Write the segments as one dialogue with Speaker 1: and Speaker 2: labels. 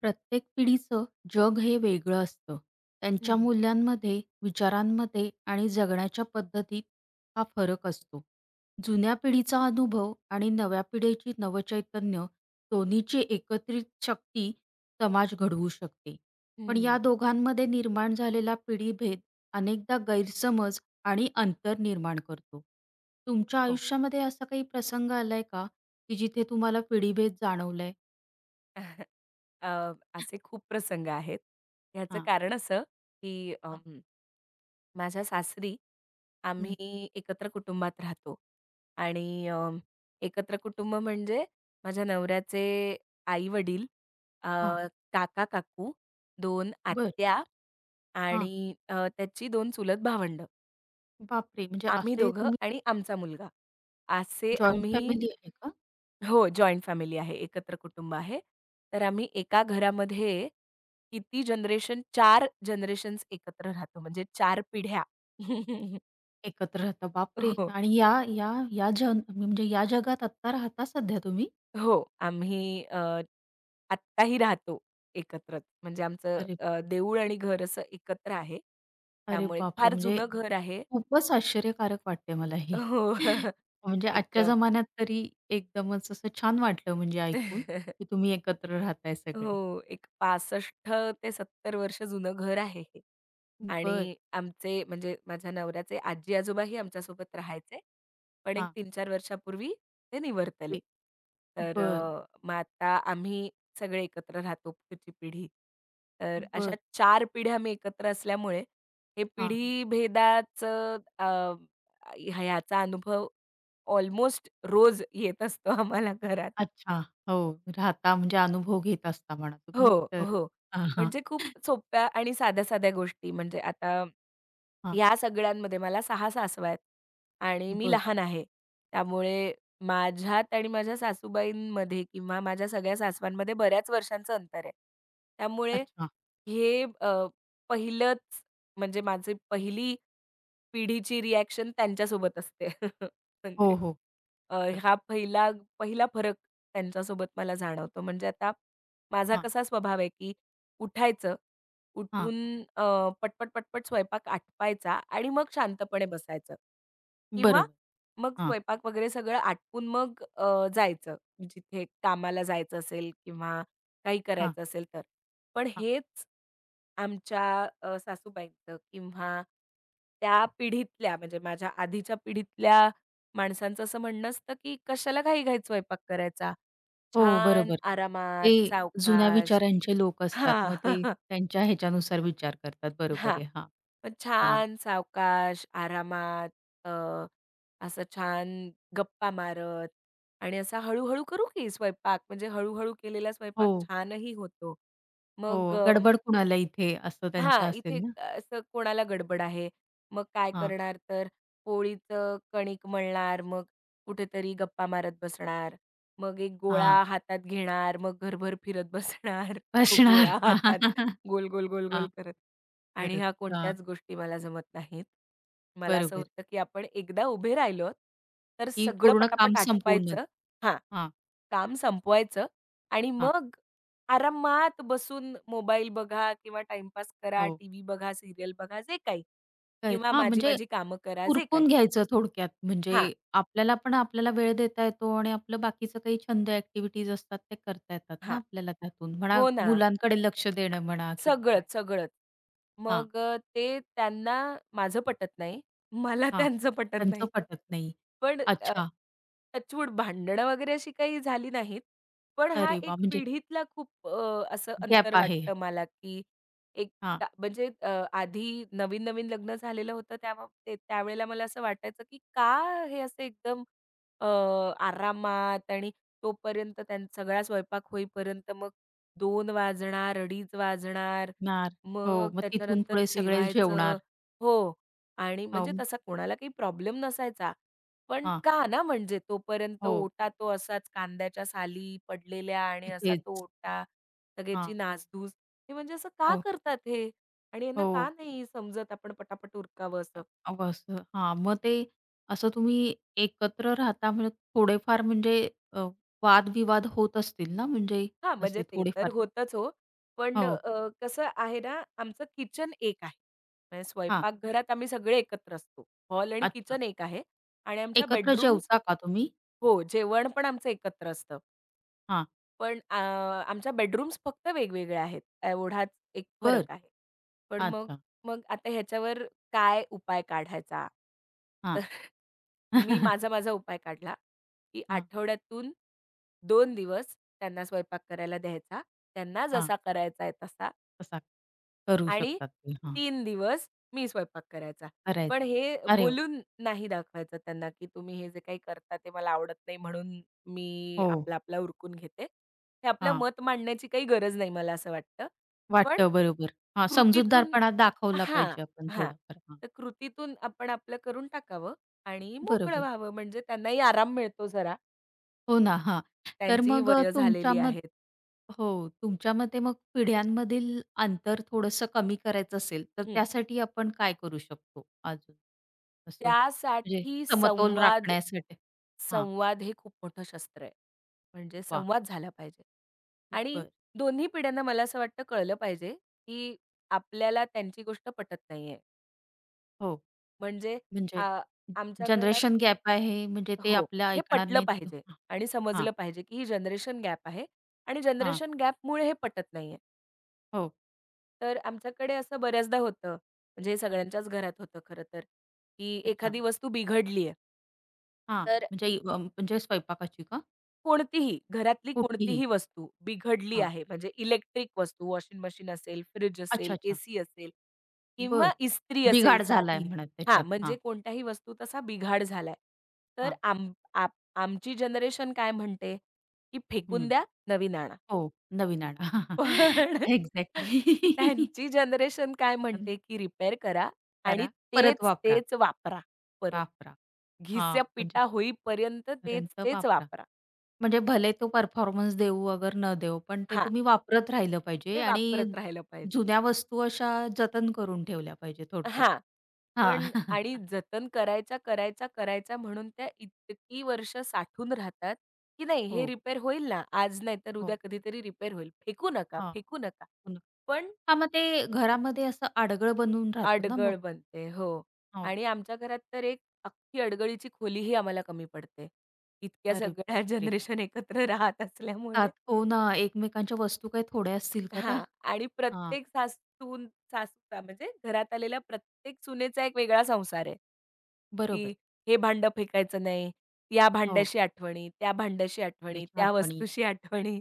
Speaker 1: प्रत्येक पिढीचं जग हे वेगळं असतं. त्यांच्या
Speaker 2: हं,
Speaker 1: मूल्यांमध्ये, विचारांमध्ये आणि जगण्याच्या पद्धतीत हा फरक असतो. जुन्या पिढीचा अनुभव आणि नव्या पिढीची नवचैतन्य दोन्हीची एकत्रित शक्ती समाज घडवू शकते. पण या
Speaker 2: हं.
Speaker 1: दोघांमध्ये निर्माण झालेला पिढीभेद अनेकदा गैरसमज आणि अंतर निर्माण करतो. तुमच्या
Speaker 2: हो.
Speaker 1: आयुष्यामध्ये असा काही प्रसंग आलाय का, की जिथे तुम्हाला पिढीभेद जाणवलाय?
Speaker 2: अ, असे खूप प्रसंग आहेत. ह्याचं
Speaker 1: हां.
Speaker 2: कारण असं, की
Speaker 1: हां,
Speaker 2: माझ्या सासरी आम्ही एकत्र कुटुंबात राहतो आणि एकत्र कुटुंब म्हणजे माझ्या नवऱ्याचे आई-वडील,
Speaker 1: हां.
Speaker 2: काका-काकू, दोन
Speaker 1: बरं.
Speaker 2: आत्या
Speaker 1: हां.
Speaker 2: आणि त्याची 2 चुलत भावंड,
Speaker 1: बापरे! म्हणजे
Speaker 2: आम्ही
Speaker 1: असे
Speaker 2: दोघं
Speaker 1: तुम्ही
Speaker 2: आणि आमचा मुलगा. असे
Speaker 1: जॉइंट
Speaker 2: आम्ही.
Speaker 1: फॅमिली आहे का?
Speaker 2: हो, जॉइंट फॅमिली आहे, एकत्र कुटुंब आहे. तर आम्ही एका घरामध्ये किती जनरेशन 4 जनरेशन्स एकत्र राहतो, म्हणजे 4 पिढ्या.
Speaker 1: एकत्र राहता. बापरे!
Speaker 2: हो,
Speaker 1: आणि या या या जन म्हणजे या जगात आत्ता राहता सध्या तुम्ही?
Speaker 2: हो. आम्ही आत्ताही राहतो एकत्रच. म्हणजे आमचं
Speaker 1: अरे
Speaker 2: देऊळ आणि घर असं एकत्र आहे.
Speaker 1: अरे
Speaker 2: त्यामुळे
Speaker 1: बापरे!
Speaker 2: फार
Speaker 1: म्हणजे
Speaker 2: जुनं घर आहे.
Speaker 1: खूपच आश्चर्यकारक वाटते मला हे.
Speaker 2: हो,
Speaker 1: म्हणजे
Speaker 2: एक
Speaker 1: आजच्या जमान्यात तरी एकदमच असं छान वाटलं म्हणजे ऐकून, की तुम्ही एकत्र राहताय सगळे.
Speaker 2: हो, एक 65 ते सत्तर वर्ष जुनं घर आहे हे.
Speaker 1: बरं.
Speaker 2: आणि आमचे म्हणजे माझ्या नवऱ्याचे आजी-आजोबाही आमच्यासोबत राहायचे. पण एक
Speaker 1: हां.
Speaker 2: 3-4 वर्षापूर्वी ते निवर्तले.
Speaker 1: ते
Speaker 2: तर
Speaker 1: बरं,
Speaker 2: मग आता आम्ही सगळे एकत्र राहतो पुढची पिढी. तर अशा
Speaker 1: बरं.
Speaker 2: चार पिढ्या आम्ही एकत्र असल्यामुळे हे
Speaker 1: हां.
Speaker 2: पिढीभेदाचं अ, ह्याचा अनुभव ऑलमोस्ट रोज येत असतो आम्हाला घरात.
Speaker 1: अच्छा. हो. राहता म्हणजे अनुभव घेत असता म्हणा
Speaker 2: हो,
Speaker 1: तुम्ही तर
Speaker 2: हो.
Speaker 1: हां, हां.
Speaker 2: म्हणजे खूप सोप्या आणि साध्या-साध्या गोष्टी म्हणजे आता
Speaker 1: हां.
Speaker 2: या सगळ्यांमध्ये मला 6 सासवा आहेत आणि मी
Speaker 1: बरं.
Speaker 2: लहान आहे. त्यामुळे माझ्यात आणि माझ्या सासूबाईंमध्ये किंवा माझ्या सगळ्या सासवांमध्ये बऱ्याच वर्षांचं अंतर आहे. त्यामुळे
Speaker 1: अच्छा.
Speaker 2: हे पहिलंच म्हणजे माझी पहिली पिढीची रिएक्शन त्यांच्यासोबत असते. म्हणजे
Speaker 1: हो, हो.
Speaker 2: अ,
Speaker 1: बरोबर.
Speaker 2: हा पहिला पहिला फरक त्यांच्यासोबत मला जाणवतो. म्हणजे आता माझा
Speaker 1: हां,
Speaker 2: कसा स्वभाव आहे, की उठायचं,
Speaker 1: हां.
Speaker 2: उठून अ, पटपट, पटपट स्वयंपाक आटपायचा आणि मग शांतपणे बसायचं किंवा
Speaker 1: बरोबर.
Speaker 2: मग
Speaker 1: हां,
Speaker 2: स्वयंपाक वगैरे सगळं आटपून मग जायचं. जिथे कामाला जायचं असेल किंवा काही
Speaker 1: हां,
Speaker 2: करायचं असेल तर. पण
Speaker 1: हां.
Speaker 2: हेच आमच्या सासूबाईंचं किंवा त्या पिढीतल्या म्हणजे माझ्या आधीच्या पिढीतल्या माणसांचं असं म्हणणं असतं, की "कशाला घाई-घाईत स्वयंपाक करायचा?
Speaker 1: हो,
Speaker 2: छान
Speaker 1: बरोबर.
Speaker 2: आरामात,
Speaker 1: ते जुन्या
Speaker 2: सावकाश."
Speaker 1: विचारांचे लोक असतात.
Speaker 2: हां.
Speaker 1: मग ते त्यांच्या ह्याच्यानुसार विचार करतात. बरोबर
Speaker 2: हां.
Speaker 1: आहे. हां,
Speaker 2: मग
Speaker 1: हां.
Speaker 2: छान सावकाश, आरामात अ, असं छान गप्पा मारत आणि असा हळू-हळू करू की स्वयंपाक. म्हणजे हळू केलेला स्वयंपाक
Speaker 1: हो,
Speaker 2: छानही होतो. मग
Speaker 1: हो. गडबड कुणाला इथे असं त्यांचं
Speaker 2: हां,
Speaker 1: असेल
Speaker 2: इथे
Speaker 1: ना?
Speaker 2: असं कोणाला गडबड आहे. मग काय
Speaker 1: हां,
Speaker 2: करणार तर पोळीचं कणिक मळणार, मग कुठेतरी गप्पा मारत बसणार. मग एक गोळा
Speaker 1: हां.
Speaker 2: हातात घेणार, मग घरभर फिरत बसणार. तो
Speaker 1: असणार.
Speaker 2: गोळा हातात गोल, गोल, गोल, गोल
Speaker 1: हां. खरंच. हां, हां.
Speaker 2: करत आणि
Speaker 1: तरच.
Speaker 2: ह्या
Speaker 1: हां
Speaker 2: कोणत्याच गोष्टी मला जमत नाहीत. मला असं
Speaker 1: बरोबर.
Speaker 2: होतं, की आपण एकदा उभे राहिलो, तर
Speaker 1: की
Speaker 2: सगळं
Speaker 1: पूर्ण काम
Speaker 2: पटापट
Speaker 1: संपवूनच.
Speaker 2: आटपायचं, हां,
Speaker 1: हां,
Speaker 2: काम संपवायचं आणि
Speaker 1: हां.
Speaker 2: मग आरामात बसून मोबाईल बघा किंवा टाईमपास करा,
Speaker 1: हो.
Speaker 2: टीव्ही बघा, सीरियल बघा, जे काही
Speaker 1: गैर
Speaker 2: किंवा
Speaker 1: हां, म्हणजे
Speaker 2: माझी-माझी कामं करा, जे काही.
Speaker 1: उरकून घ्यायचं थोडक्यात. म्हणजे
Speaker 2: हां,
Speaker 1: आपल्याला पण आपल्याला वेळ देता येतो आणि आपलं बाकीचं काही छंद ॲक्टिव्हिटीज असतात ते करता येतात ना
Speaker 2: हां.
Speaker 1: आपल्याला त्यातून. म्हणा
Speaker 2: हो ना.
Speaker 1: मुलांकडे लक्ष देणं म्हणा किंवा काय.
Speaker 2: सगळंच, सगळंच.
Speaker 1: हां,
Speaker 2: मग ते त्यांना माझं पटत नाही. मला
Speaker 1: हां.
Speaker 2: त्यांचं पटत
Speaker 1: त्यांचं
Speaker 2: नाही.
Speaker 1: पटत नाही.
Speaker 2: पण
Speaker 1: अच्छा.
Speaker 2: टचवूड भांडणं वगैरे अशी काही झाली नाहीत. पण हा
Speaker 1: अरे
Speaker 2: एक
Speaker 1: वाह! म्हणजे
Speaker 2: पिढीतला खूप असं
Speaker 1: गॅप
Speaker 2: अंतर
Speaker 1: आहे.
Speaker 2: वाटतं मला, की एक
Speaker 1: हां.
Speaker 2: ता म्हणजे अ, आधी नवीन-नवीन लग्न झालेलं होतं त्यावेळेला मला असं वाटायचं, की का हे असं एकदम अ, आरामात आणि तोपर्यंत सगळा स्वयंपाक होईपर्यंत मग 2 वाजणार, 2:30 वाजणार.
Speaker 1: नार हो,
Speaker 2: मग
Speaker 1: मग तिथून
Speaker 2: त्याच्यानंतर
Speaker 1: पुढे सगळे
Speaker 2: जेवायचं.
Speaker 1: जेवणार.
Speaker 2: हो. आणि
Speaker 1: हो,
Speaker 2: म्हणजे तसा कोणाला काही प्रॉब्लेम नसायचा. पण
Speaker 1: हां.
Speaker 2: का ना म्हणजे तोपर्यंत
Speaker 1: हो,
Speaker 2: ओटा तो असाच कांद्याच्या साली पडलेल्या आणि असा
Speaker 1: तिथेच.
Speaker 2: तो ओटा, सगळ्याची
Speaker 1: हां.
Speaker 2: नासधूस. हे म्हणजे असं का
Speaker 1: हो,
Speaker 2: करतात हे? आणि यांना का
Speaker 1: हो.
Speaker 2: नाही समजत आपण पटापट उरकावं असं?
Speaker 1: अहो, असं हां, मग ते असं तुम्ही एकत्र राहता म्हणजे थोडेफार म्हणजे अ, वादविवाद होत असतील ना, म्हणजे
Speaker 2: हां, म्हणजे
Speaker 1: असे
Speaker 2: ते तर
Speaker 1: थोडेफार?
Speaker 2: होतंच हो. पण
Speaker 1: हो,
Speaker 2: कसं आहे ना, आमचं किचन एक आहे. म्हणजे
Speaker 1: हां,
Speaker 2: स्वयंपाकघरात आम्ही सगळे एकत्र असतो. हॉल आणि
Speaker 1: अच्छा.
Speaker 2: किचन एक आहे आणि आमच्या
Speaker 1: एकत्र
Speaker 2: बेडरूम्स.
Speaker 1: जेवता का तुम्ही?
Speaker 2: हो, जेवण पण आमचं एकत्र असतं.
Speaker 1: हां,
Speaker 2: पण आमच्या बेडरूम्स फक्त वेगवेगळ्या आहेत. एवढाच एक
Speaker 1: बरं.
Speaker 2: फरक आहे. पण मग
Speaker 1: अच्छा,
Speaker 2: मग आता ह्याच्यावर काय उपाय काढायचा?
Speaker 1: हां.
Speaker 2: तर मी माझा उपाय काढला, की
Speaker 1: हां, हां.
Speaker 2: आठवड्यातून दोन दिवस त्यांना स्वयंपाक करायला द्यायचा. त्यांना जसा करायचा आहे तसा.
Speaker 1: तसा करू
Speaker 2: आणि
Speaker 1: शकतात ते. हां,
Speaker 2: तीन दिवस मी स्वयंपाक करायचा.
Speaker 1: करायचं.
Speaker 2: पण हे
Speaker 1: अरे वा,
Speaker 2: बोलून नाही दाखवायचं त्यांना, की तुम्ही हे जे काही करता ते मला आवडत नाही म्हणून मी
Speaker 1: हो,
Speaker 2: आपला आपलं उरकून घेते. हे आपलं
Speaker 1: हां.
Speaker 2: मत मांडण्याची काही गरज नाही मला असं वाटतं. पण
Speaker 1: वाटतं बरोबर. हां,
Speaker 2: कृतीतून.
Speaker 1: समजूतदारपणा दाखवला
Speaker 2: हां,
Speaker 1: पाहिजे आपण
Speaker 2: हां.
Speaker 1: थोडाफार. हां,
Speaker 2: तर कृतीतून आपण आपलं करून टाकावं आणि मोकळं
Speaker 1: बरोबर.
Speaker 2: व्हावं म्हणजे त्यांनाही आराम मिळतो जरा.
Speaker 1: हो ना, हां. तर
Speaker 2: त्यांचीही
Speaker 1: मग
Speaker 2: वयं
Speaker 1: तुमच्या
Speaker 2: झालेली
Speaker 1: मत
Speaker 2: आहेत.
Speaker 1: हो, तुमच्या मते मग पिढ्यांमधील अंतर थोडंसं कमी करायचं असेल, तर
Speaker 2: हं.
Speaker 1: त्यासाठी आपण काय करू शकतो अजून? असं म्हणजे
Speaker 2: त्यासाठी
Speaker 1: समतोल
Speaker 2: संवाद.
Speaker 1: राखण्यासाठी? हां,
Speaker 2: संवाद हे खूप मोठं शस्त्र आहे. म्हणजे
Speaker 1: वाह!
Speaker 2: संवाद झाला पाहिजे आणि
Speaker 1: बरं.
Speaker 2: दोन्ही पिढ्यांना मला असं वाटतं कळलं पाहिजे, की आपल्याला त्यांची गोष्ट पटत नाहीये.
Speaker 1: हो,
Speaker 2: म्हणजे
Speaker 1: म्हणजे
Speaker 2: आ आमच्या घरात.
Speaker 1: जनरेशन गॅप आहे, म्हणजे ते
Speaker 2: हो,
Speaker 1: आपलं
Speaker 2: हे
Speaker 1: ऐकणार
Speaker 2: पटलं
Speaker 1: नाहीत
Speaker 2: पाहिजे
Speaker 1: किंवा
Speaker 2: आणि
Speaker 1: हां,
Speaker 2: समजलं पाहिजे, की ही जनरेशन गॅप आहे आणि
Speaker 1: हां,
Speaker 2: जनरेशन गॅपमुळे हे पटत नाहीये.
Speaker 1: हो,
Speaker 2: तर आमच्याकडे असं बऱ्याचदा होतं, म्हणजे हे
Speaker 1: हां,
Speaker 2: सगळ्यांच्याच घरात होतं खरं तर, की
Speaker 1: अच्छा.
Speaker 2: एखादी वस्तू बिघडली,
Speaker 1: हां, म्हणजे म्हणजे स्वयंपाकाची का?
Speaker 2: कोणतीही, घरातली
Speaker 1: कुठलीही?
Speaker 2: कोणतीही वस्तू बिघडली
Speaker 1: हां,
Speaker 2: आहे, म्हणजे इलेक्ट्रिक वस्तू, वॉशिंग मशीन असेल, फ्रिज असेल,
Speaker 1: अच्छा, अच्छा.
Speaker 2: एसी असेल किंवा
Speaker 1: बरं.
Speaker 2: इस्त्री असेल
Speaker 1: बिघाड झालाय
Speaker 2: साधी.
Speaker 1: म्हणा
Speaker 2: हां,
Speaker 1: त्याच्यात. हां,
Speaker 2: म्हणजे कोणत्याही वस्तू तसा बिघाड झालाय. तर आम आप आमची जनरेशन काय म्हणते, की फेकून
Speaker 1: हं.
Speaker 2: द्या, नवीन आणा.
Speaker 1: हो, नवीन आणा.
Speaker 2: पण
Speaker 1: एक्झॅक्टली.
Speaker 2: त्यांची जनरेशन काय
Speaker 1: अन
Speaker 2: म्हणते, की रिपेअर करा आणि
Speaker 1: करा, परत
Speaker 2: तेच,
Speaker 1: वापरा,
Speaker 2: तेच वापरा परत.
Speaker 1: वापरा. हां,
Speaker 2: घिस्या
Speaker 1: म्हणजे
Speaker 2: पिटा होईपर्यंत तेच,
Speaker 1: पर्यंत
Speaker 2: तेच
Speaker 1: वापरा.
Speaker 2: वापरा.
Speaker 1: म्हणजे भले तो परफॉर्मन्स देऊ अगर न देऊ, पण ते
Speaker 2: हां.
Speaker 1: तुम्ही वापरत राहिलं पाहिजे
Speaker 2: ते
Speaker 1: आणि
Speaker 2: वापरत राहिलं पाहिजे.
Speaker 1: जुन्या वस्तू अशा जतन करून ठेवल्या पाहिजे थोडक्यात.
Speaker 2: हां.
Speaker 1: हां.
Speaker 2: पण आणि जतन करायचा, करायचा, करायचा म्हणून त्या इतकी वर्ष साठून राहतात, की नाही हे
Speaker 1: हो,
Speaker 2: रिपेअर होईल ना, आज नाही तर उद्या
Speaker 1: हो.
Speaker 2: कधीतरी रिपेअर होईल. फेकू नका,
Speaker 1: हां.
Speaker 2: फेकू नका.
Speaker 1: हो ना.
Speaker 2: पण
Speaker 1: मग ते घरामध्ये असं आडगळ बनून राहतं ना मग.
Speaker 2: अडगळ बनते. हो.
Speaker 1: हो.
Speaker 2: आणि आमच्या घरात तर एक अख्खी अडगळीची खोलीही आम्हाला कमी पडते. इतक्या
Speaker 1: अरे
Speaker 2: सगळ्या
Speaker 1: बापरे!
Speaker 2: जनरेशन एकत्र राहत
Speaker 1: आत
Speaker 2: असल्यामुळे.
Speaker 1: हो ना, एकमेकांच्या वस्तू काही थोड्या असतील का त्या?
Speaker 2: हां. आणि
Speaker 1: हां,
Speaker 2: प्रत्येक सासूचा म्हणजे घरात आलेल्या प्रत्येक सुनेचा एक वेगळा संसार आहे, की
Speaker 1: बरोबर.
Speaker 2: हे भांडं फेकायचं नाही, या
Speaker 1: हो.
Speaker 2: भांड्याशी आठवणी, त्या भांड्याशी आठवणी,
Speaker 1: म्हणजे छान
Speaker 2: त्या
Speaker 1: आठवणी.
Speaker 2: वस्तूशी आठवणी,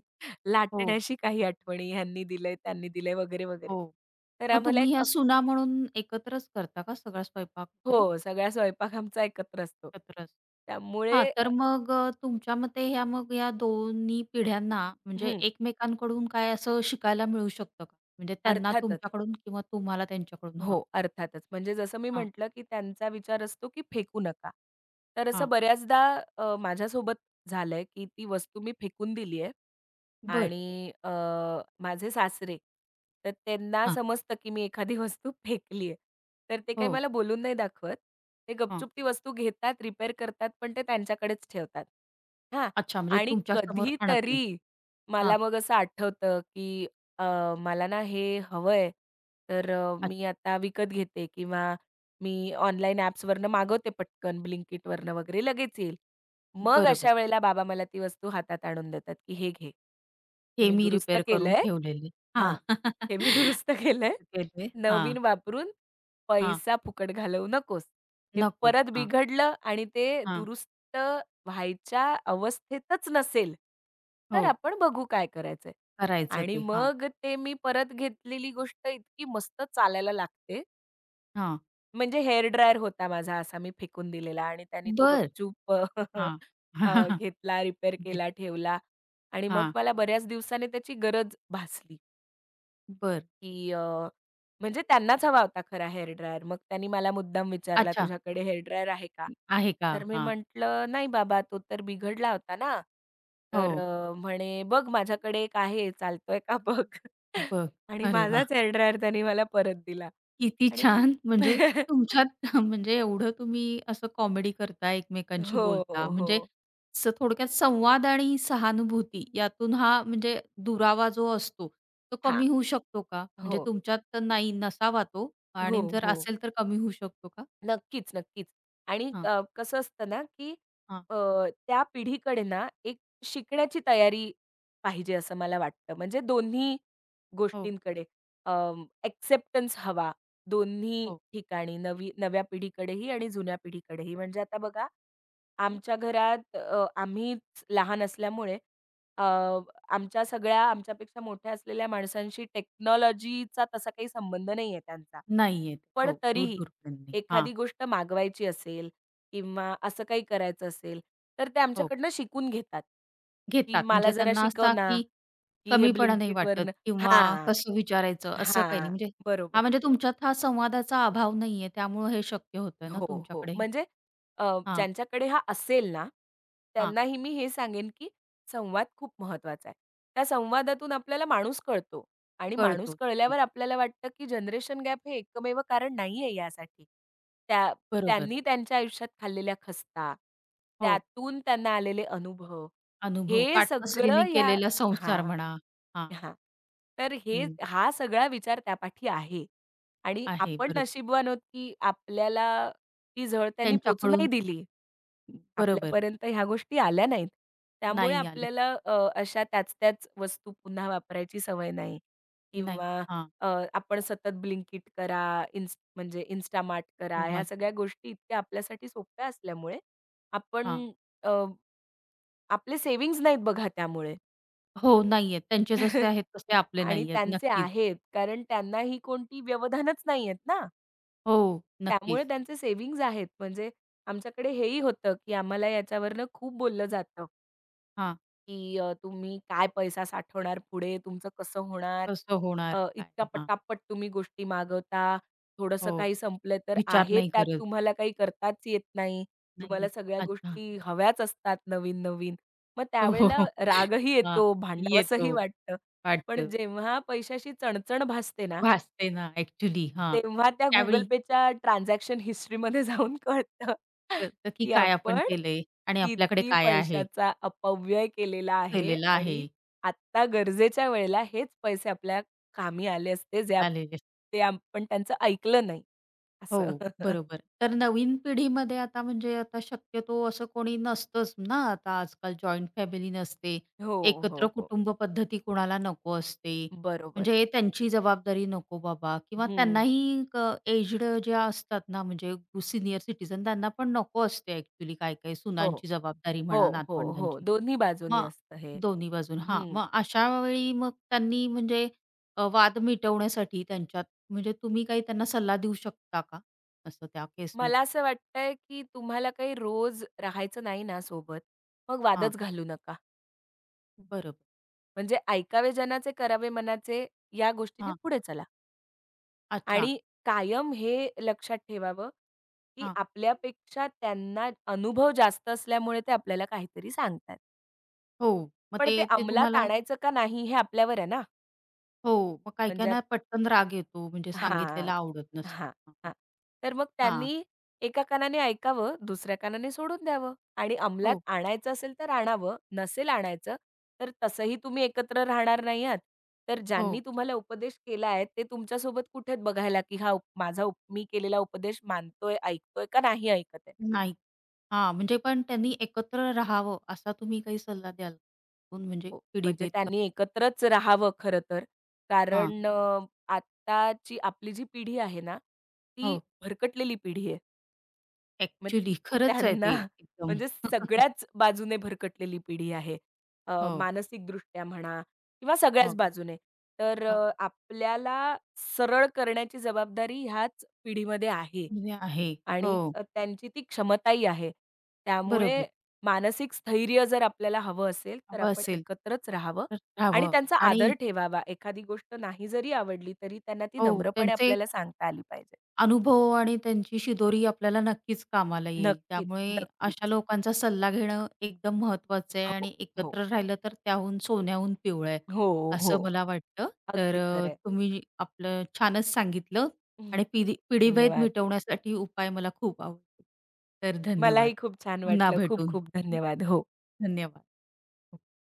Speaker 1: हो,
Speaker 2: लाटण्याशी काही आठवणी, ह्यांनी दिलंय, त्यांनी दिलंय वगैरे, वगैरे.
Speaker 1: हो.
Speaker 2: तर
Speaker 1: मग
Speaker 2: आम्हाला
Speaker 1: तुम्ही
Speaker 2: एक
Speaker 1: ह्या
Speaker 2: अगदी.
Speaker 1: सुना म्हणून एकत्रच करता का सगळा स्वयंपाक वगैरे?
Speaker 2: हो, सगळा स्वयंपाक आमचा एकत्र असतो.
Speaker 1: एकत्रच.
Speaker 2: त्यामुळे
Speaker 1: हा, तर मग तुमच्या मते ह्या मग या दोन्ही पिढ्यांना म्हणजे
Speaker 2: हं,
Speaker 1: एकमेकांकडून काय असं शिकायला मिळू शकतं का? म्हणजे त्यांना
Speaker 2: अर्थातच.
Speaker 1: तुमच्याकडून किंवा तुम्हाला त्यांच्याकडून? हां,
Speaker 2: हो, अर्थातच. म्हणजे जसं मी
Speaker 1: हां,
Speaker 2: म्हटलं, की त्यांचा विचार असतो, की फेकू नका. तर असं
Speaker 1: हां.
Speaker 2: बऱ्याचदा माझ्यासोबत झालंय, की ती वस्तू मी फेकून दिली आहे
Speaker 1: बरं.
Speaker 2: आणि माझे सासरे, तर त्यांना
Speaker 1: हां.
Speaker 2: समजतं, की मी एखादी वस्तू फेकली आहे. तर ते काही
Speaker 1: हो.
Speaker 2: मला बोलून नाही दाखवत. ते
Speaker 1: हां.
Speaker 2: गपचूप ती वस्तू घेतात, रिपेअर करतात, पण ते त्यांच्याकडेच ठेवतात. हां.
Speaker 1: अच्छा म्हणजे
Speaker 2: आणि
Speaker 1: तुमच्यासमोर आणत नाहीत.
Speaker 2: कधीतरी
Speaker 1: हां.
Speaker 2: मला मग असं आठवतं, की मला ना हे हवंय, तर
Speaker 1: अच्छा.
Speaker 2: मी आता विकत घेते किंवा मी ऑनलाईन ॲप्सवरनं मागवते पटकन Blinkitवरनं वगैरे लगेच येईल. मग हं.
Speaker 1: बरोबर.
Speaker 2: अशा वेळेला बाबा मला ती वस्तू हातात आणून देतात, की "हे घे. हे
Speaker 1: हे
Speaker 2: मी
Speaker 1: मी
Speaker 2: दुरुस्त
Speaker 1: रिपेअर करून
Speaker 2: केलंय.
Speaker 1: ठेवलेले. हां.
Speaker 2: हां, हे मी दुरुस्त केलंय.
Speaker 1: केले. हां,
Speaker 2: नवीन वापरून
Speaker 1: हां.
Speaker 2: पैसा फुकट घालवू नकोस. हे
Speaker 1: नकोस.
Speaker 2: परत
Speaker 1: हां,
Speaker 2: बिघडलं आणि ते
Speaker 1: हां.
Speaker 2: दुरुस्त व्हायच्या अवस्थेतच नसेल, तर
Speaker 1: हो.
Speaker 2: आपण बघू काय करायचंय."
Speaker 1: करायचं
Speaker 2: आणि
Speaker 1: ते. हां,
Speaker 2: मग ते मी परत घेतलेली गोष्ट इतकी मस्त चालायला लागते.
Speaker 1: हां.
Speaker 2: म्हणजे हेअर ड्रायर होता माझा असा मी फेकून दिलेला आणि त्याने तो
Speaker 1: बरं.
Speaker 2: गपचूप
Speaker 1: हां.
Speaker 2: घेतला, रिपेअर केला, ठेवला आणि मग
Speaker 1: हां,
Speaker 2: मला बऱ्याच दिवसाने त्याची गरज भासली.
Speaker 1: बरं.
Speaker 2: की म्हणजे त्यांनाच हवा होता खरा हेअर ड्रायर. मग त्यांनी मला मुद्दाम विचारला,
Speaker 1: अच्छा.
Speaker 2: "तुझ्याकडे हेअर ड्रायर आहे का?"
Speaker 1: आहे का?
Speaker 2: तर मी
Speaker 1: हां.
Speaker 2: म्हटलं, "नाही बाबा, तो तर बिघडला होता ना."
Speaker 1: हो.
Speaker 2: तर म्हणे, "बघ माझ्याकडे एक आहे, चालतोय का बघ."
Speaker 1: बरं.
Speaker 2: आणि
Speaker 1: अरे वाह!
Speaker 2: माझाच हेअर ड्रायर त्यांनी मला परत दिला
Speaker 1: किती
Speaker 2: आणि मग.
Speaker 1: छान. म्हणजे तुमच्यात म्हणजे एवढं तुम्ही असं कॉमेडी करता, एकमेकांशी
Speaker 2: हो,
Speaker 1: बोलता.
Speaker 2: हो,
Speaker 1: म्हणजे
Speaker 2: हो.
Speaker 1: थोडक्यात संवाद आणि सहानुभूती यातून हा म्हणजे दुरावा जो असतो, तो
Speaker 2: हां.
Speaker 1: कमी होऊ शकतो का? म्हणजे
Speaker 2: हो,
Speaker 1: तुमच्यात तर नाही नसावा तो
Speaker 2: हो,
Speaker 1: आणि जर
Speaker 2: हो.
Speaker 1: असेल तर कमी होऊ शकतो का?
Speaker 2: नक्कीच, नक्कीच. आणि
Speaker 1: हां.
Speaker 2: कसं असतं ना, की
Speaker 1: हां.
Speaker 2: अ, त्या पिढीकडे ना, एक शिकण्याची तयारी पाहिजे असं मला वाटतं. म्हणजे दोन्ही
Speaker 1: हो,
Speaker 2: गोष्टींकडे एक्सेप्टन्स हवा दोन्ही
Speaker 1: हो.
Speaker 2: ठिकाणी, नव्या पिढीकडेही आणि जुन्या पिढीकडेही. म्हणजे आता बघा आमच्या घरात आम्हीच लहान असल्यामुळे अ, आमच्या सगळ्या आमच्यापेक्षा मोठ्या असलेल्या माणसांशी टेक्नॉलॉजीचा तसा काही संबंध नाहीये त्यांचा.
Speaker 1: नाही येत.
Speaker 2: पण
Speaker 1: हो,
Speaker 2: तरीही
Speaker 1: दूर-दूरपर्यंत नाही. हा,
Speaker 2: एखादी गोष्ट मागवायची असेल किंवा असं काही करायचं असेल, तर ते
Speaker 1: हो.
Speaker 2: आमच्याकडनं शिकून घेतात, की
Speaker 1: घेतात
Speaker 2: "मला
Speaker 1: म्हणजे
Speaker 2: जरा
Speaker 1: त्यांना
Speaker 2: शिकव
Speaker 1: असा
Speaker 2: ना,
Speaker 1: की
Speaker 2: की हे
Speaker 1: कमीपणा नाही वाटत
Speaker 2: Blinkitवरनं."
Speaker 1: किंवा
Speaker 2: हां,
Speaker 1: कसं विचारायचं असं काही
Speaker 2: हां,
Speaker 1: नाही. म्हणजे
Speaker 2: बरोबर.
Speaker 1: हां, म्हणजे तुमच्यात हा संवादाचा अभाव नाहीये त्यामुळं हे शक्य होतं ना
Speaker 2: हो, हो.
Speaker 1: तुमच्याकडे.
Speaker 2: म्हणजे अ,
Speaker 1: हां,
Speaker 2: ज्यांच्याकडे हा असेल ना,
Speaker 1: हां,
Speaker 2: त्यांनाही मी हे सांगेन, की संवाद खूप महत्त्वाचा आहे. त्या संवादातून आपल्याला माणूस कळतो आणि
Speaker 1: कळतो.
Speaker 2: माणूस
Speaker 1: नक्कीच.
Speaker 2: कळल्यावर आपल्याला वाटतं, की जनरेशन गॅप हे एकमेव कारण नाहीये यासाठी. त्या
Speaker 1: बरोबर.
Speaker 2: त्यांनी त्यांच्या आयुष्यात खाल्लेल्या खस्ता,
Speaker 1: हो,
Speaker 2: त्यातून त्यांना आलेले अनुभव,
Speaker 1: अनुभव
Speaker 2: हे सगळं
Speaker 1: काटकसरीने
Speaker 2: ह्या.
Speaker 1: केलेला संसार
Speaker 2: हां.
Speaker 1: म्हणा. हां,
Speaker 2: हां. तर
Speaker 1: हं,
Speaker 2: हा सगळा विचार त्यापाठी आहे आणि
Speaker 1: आहे
Speaker 2: आपण
Speaker 1: बरोबर.
Speaker 2: नशीबवान आहोत, की आपल्याला ती झळ त्यांनी पोचू
Speaker 1: त्यांच्याकडून
Speaker 2: नाही दिली.
Speaker 1: बरोबर
Speaker 2: आपल्यापर्यंत ह्या गोष्टी आल्या नाहीत. त्यामुळे
Speaker 1: नाही आलं.
Speaker 2: आपल्याला अशा त्याच-त्याच वस्तू पुन्हा वापरायची सवय नाही
Speaker 1: नाही.
Speaker 2: किंवा
Speaker 1: हां,
Speaker 2: अ, आपण सतत Blinkit करा, म्हणजे Instamart करा. ह्या
Speaker 1: किंवा
Speaker 2: सगळ्या गोष्टी इतक्या आपल्यासाठी सोप्या असल्यामुळे आपण
Speaker 1: हां.
Speaker 2: अ, आपले सेव्हिंग्ज नाहीत बघा त्यामुळे.
Speaker 1: हो, नाही त्यांचे जसे आहेत तसे आपले
Speaker 2: आणि
Speaker 1: नाही
Speaker 2: त्यांचे
Speaker 1: नक्कीच.
Speaker 2: आहेत, कारण त्यांना ही कोणती व्यवधानच नाही आहेत ना.
Speaker 1: हो, नक्कीच.
Speaker 2: त्यामुळे त्यांचे सेव्हिंग्ज आहेत. म्हणजे आमच्याकडे हेही होतं, की आम्हाला याच्यावरनं खूप बोललं जातं.
Speaker 1: हां,
Speaker 2: की तुम्ही काय पैसा साठवणार पुढे, तुमचं कसं होणार?
Speaker 1: कसं होणार काय?
Speaker 2: इतक्या
Speaker 1: हां,
Speaker 2: पटापट तुम्ही गोष्टी मागवता. थोडंसं
Speaker 1: हो.
Speaker 2: काही संपलं तर
Speaker 1: विचार
Speaker 2: आहे
Speaker 1: नाही
Speaker 2: त्यात
Speaker 1: करत.
Speaker 2: तुम्हाला काही करताच येत नाही. तुम्हाला
Speaker 1: नाही.
Speaker 2: सगळ्या
Speaker 1: अच्छा.
Speaker 2: गोष्टी हव्याच असतात नवीन-नवीन. मग
Speaker 1: हो, हो, हो.
Speaker 2: त्यावेळेला रागही
Speaker 1: हां,
Speaker 2: येतो, भांडावसंही
Speaker 1: येतो
Speaker 2: वाटतं. पण
Speaker 1: वाटतं.
Speaker 2: जेव्हा पैशाशी चणचण भासते ना,
Speaker 1: भासते ना ॲक्चुअली हां.
Speaker 2: तेव्हा त्या Google
Speaker 1: त्यावेळी
Speaker 2: Payच्या ट्रान्झॅक्शन हिस्ट्रीमध्ये जाऊन कळतं,
Speaker 1: कळतं की
Speaker 2: की
Speaker 1: काय आपण
Speaker 2: आपण
Speaker 1: केलंय आणि आपल्याकडे
Speaker 2: किती
Speaker 1: काय आहे,
Speaker 2: पैशाचा अपव्यय केलेला आहे
Speaker 1: केलेलं आहे,
Speaker 2: आणि आत्ता गरजेच्या वेळेला हेच पैसे आपल्या कामी आले असते, जे आप
Speaker 1: आलेले
Speaker 2: ते आपण त्यांचं ऐकलं नाही,
Speaker 1: हो,
Speaker 2: असं.
Speaker 1: बरोबर. तर नवीन पिढीमध्ये आता म्हणजे आता शक्यतो असं कोणी नसतंच ना, आता आजकाल जॉइंट फॅमिली नसते.
Speaker 2: हो, हो,
Speaker 1: एकत्र
Speaker 2: हो.
Speaker 1: कुटुंब पद्धती कोणाला नको असते.
Speaker 2: बरोबर.
Speaker 1: म्हणजे त्यांची जबाबदारी नको बाबा किंवा
Speaker 2: हं.
Speaker 1: त्यांनाही एज्ड ज्या असतात ना, म्हणजे सीनियर सिटिझन त्यांना पण नको असते ॲक्चुअली काय-काय
Speaker 2: हो,
Speaker 1: सुनांची जबाबदारी
Speaker 2: हो,
Speaker 1: म्हणा,
Speaker 2: हो, हो.
Speaker 1: नातवंडांची.
Speaker 2: दोन्ही बाजूनी
Speaker 1: मग
Speaker 2: असतं हे.
Speaker 1: दोन्ही बाजून हां.
Speaker 2: हं.
Speaker 1: मग अशा वेळी मग त्यांनी म्हणजे वाद मिटवण्यासाठी त्यांच्यात म्हणजे तुम्ही काही त्यांना सल्ला देऊ शकता का? असं त्या
Speaker 2: मला
Speaker 1: केसमध्ये?
Speaker 2: असं वाटतंय, की तुम्हाला काही रोज राहायचं नाही ना सोबत, मग
Speaker 1: हां.
Speaker 2: वादच घालू नका.
Speaker 1: बरोबर.
Speaker 2: म्हणजे ऐकावे जनाचे, करावे मनाचे या गोष्टीने
Speaker 1: हां.
Speaker 2: पुढे चला
Speaker 1: अच्छा.
Speaker 2: आणि कायम हे लक्षात ठेवावं, की
Speaker 1: हां.
Speaker 2: आपल्यापेक्षा त्यांना अनुभव जास्त असल्यामुळे ते आपल्याला काहीतरी सांगतायत.
Speaker 1: हो. मग
Speaker 2: पण
Speaker 1: ते
Speaker 2: ते
Speaker 1: ते
Speaker 2: अंमलात
Speaker 1: तुम्हाला
Speaker 2: आणायचं का नाही हे आपल्यावर आहे ना.
Speaker 1: हो. मग
Speaker 2: म्हणजे
Speaker 1: काही-काहींना पटकन राग येतो म्हणजे सांगितलेलं
Speaker 2: हां,
Speaker 1: आवडत नसतं.
Speaker 2: हां,
Speaker 1: हां.
Speaker 2: हां. तर मग
Speaker 1: हां.
Speaker 2: त्यांनी एका कानाने ऐकावं, दुसऱ्या कानाने सोडून द्यावं आणि अंमलात
Speaker 1: हो,
Speaker 2: आणायचं असेल तर आणावं, नसेल आणायचं तर तसंही तुम्ही एकत्र राहणार नाही आहात. तर ज्यांनी
Speaker 1: हो.
Speaker 2: तुम्हाला उपदेश केला आहे ते तुमच्यासोबत कुठे आहेत बघायला, की हा उप माझा उप मी केलेला उपदेश मानतोय, ऐकतोय का नाही ऐकत आहे?
Speaker 1: नाही हां. म्हणजे पण त्यांनी एकत्र राहावं असा तुम्ही काही सल्ला द्याल? कोण म्हणजे
Speaker 2: हो. म्हणजे
Speaker 1: पिढीभेद
Speaker 2: त्यांनी एकत्रच राहावं खरं तर.
Speaker 1: हां.
Speaker 2: कारण आत्ताची आपली जी पिढी आहे ना, ती
Speaker 1: हो.
Speaker 2: भरकटलेली पिढी आहे. मग
Speaker 1: ॲक्चुअली खरंच आहे
Speaker 2: त्यांना
Speaker 1: ते एकदम.
Speaker 2: म्हणजे सगळ्याच बाजूने भरकटलेली पिढी आहे.
Speaker 1: हो,
Speaker 2: मानसिकदृष्ट्या म्हणा किंवा सगळ्याच
Speaker 1: हो,
Speaker 2: बाजूने. तर
Speaker 1: हो.
Speaker 2: आपल्याला सरळ करण्याची जबाबदारी ह्याच पिढीमध्ये आहे
Speaker 1: म्हणजे आहे.
Speaker 2: आणि
Speaker 1: हो,
Speaker 2: त्यांची ती क्षमताही आहे. त्यामुळे
Speaker 1: बरोबर.
Speaker 2: मानसिक स्थैर्य जर आपल्याला हवं असेल, तर
Speaker 1: हवं
Speaker 2: आपण
Speaker 1: असेल
Speaker 2: एकत्रच राहावं
Speaker 1: तर
Speaker 2: आणि
Speaker 1: राहावं
Speaker 2: त्यांचा
Speaker 1: आणि
Speaker 2: आदर ठेवावा. एखादी गोष्ट नाही जरी आवडली, तरी त्यांना ती
Speaker 1: हो,
Speaker 2: नम्रपणे
Speaker 1: त्यांचे
Speaker 2: आपल्याला सांगता आली पाहिजे.
Speaker 1: अनुभव आणि त्यांची शिदोरी आपल्याला नक्कीच कामाला येईल.
Speaker 2: नक्कीच,
Speaker 1: त्यामुळे अशा
Speaker 2: नक्कीच.
Speaker 1: लोकांचा सल्ला घेणं एकदम महत्त्वाचं आहे
Speaker 2: हो,
Speaker 1: आणि
Speaker 2: हो.
Speaker 1: एकत्र राहिलं तर त्याहून सोन्याहून पिवळं आहे,
Speaker 2: हो, हो.
Speaker 1: असं मला वाटतं. तर
Speaker 2: अगदी खरं आहे.
Speaker 1: तुम्ही आपलं छानच सांगितलं आणि पिढीभेद
Speaker 2: धन्यवाद.
Speaker 1: मिटवण्यासाठी उपाय मला खूप आवडले. तर धन्यवाद.
Speaker 2: मलाही खूप छान
Speaker 1: पुन्हा
Speaker 2: वाटलं. खूप
Speaker 1: भेटून.
Speaker 2: खूप धन्यवाद. हो.
Speaker 1: धन्यवाद.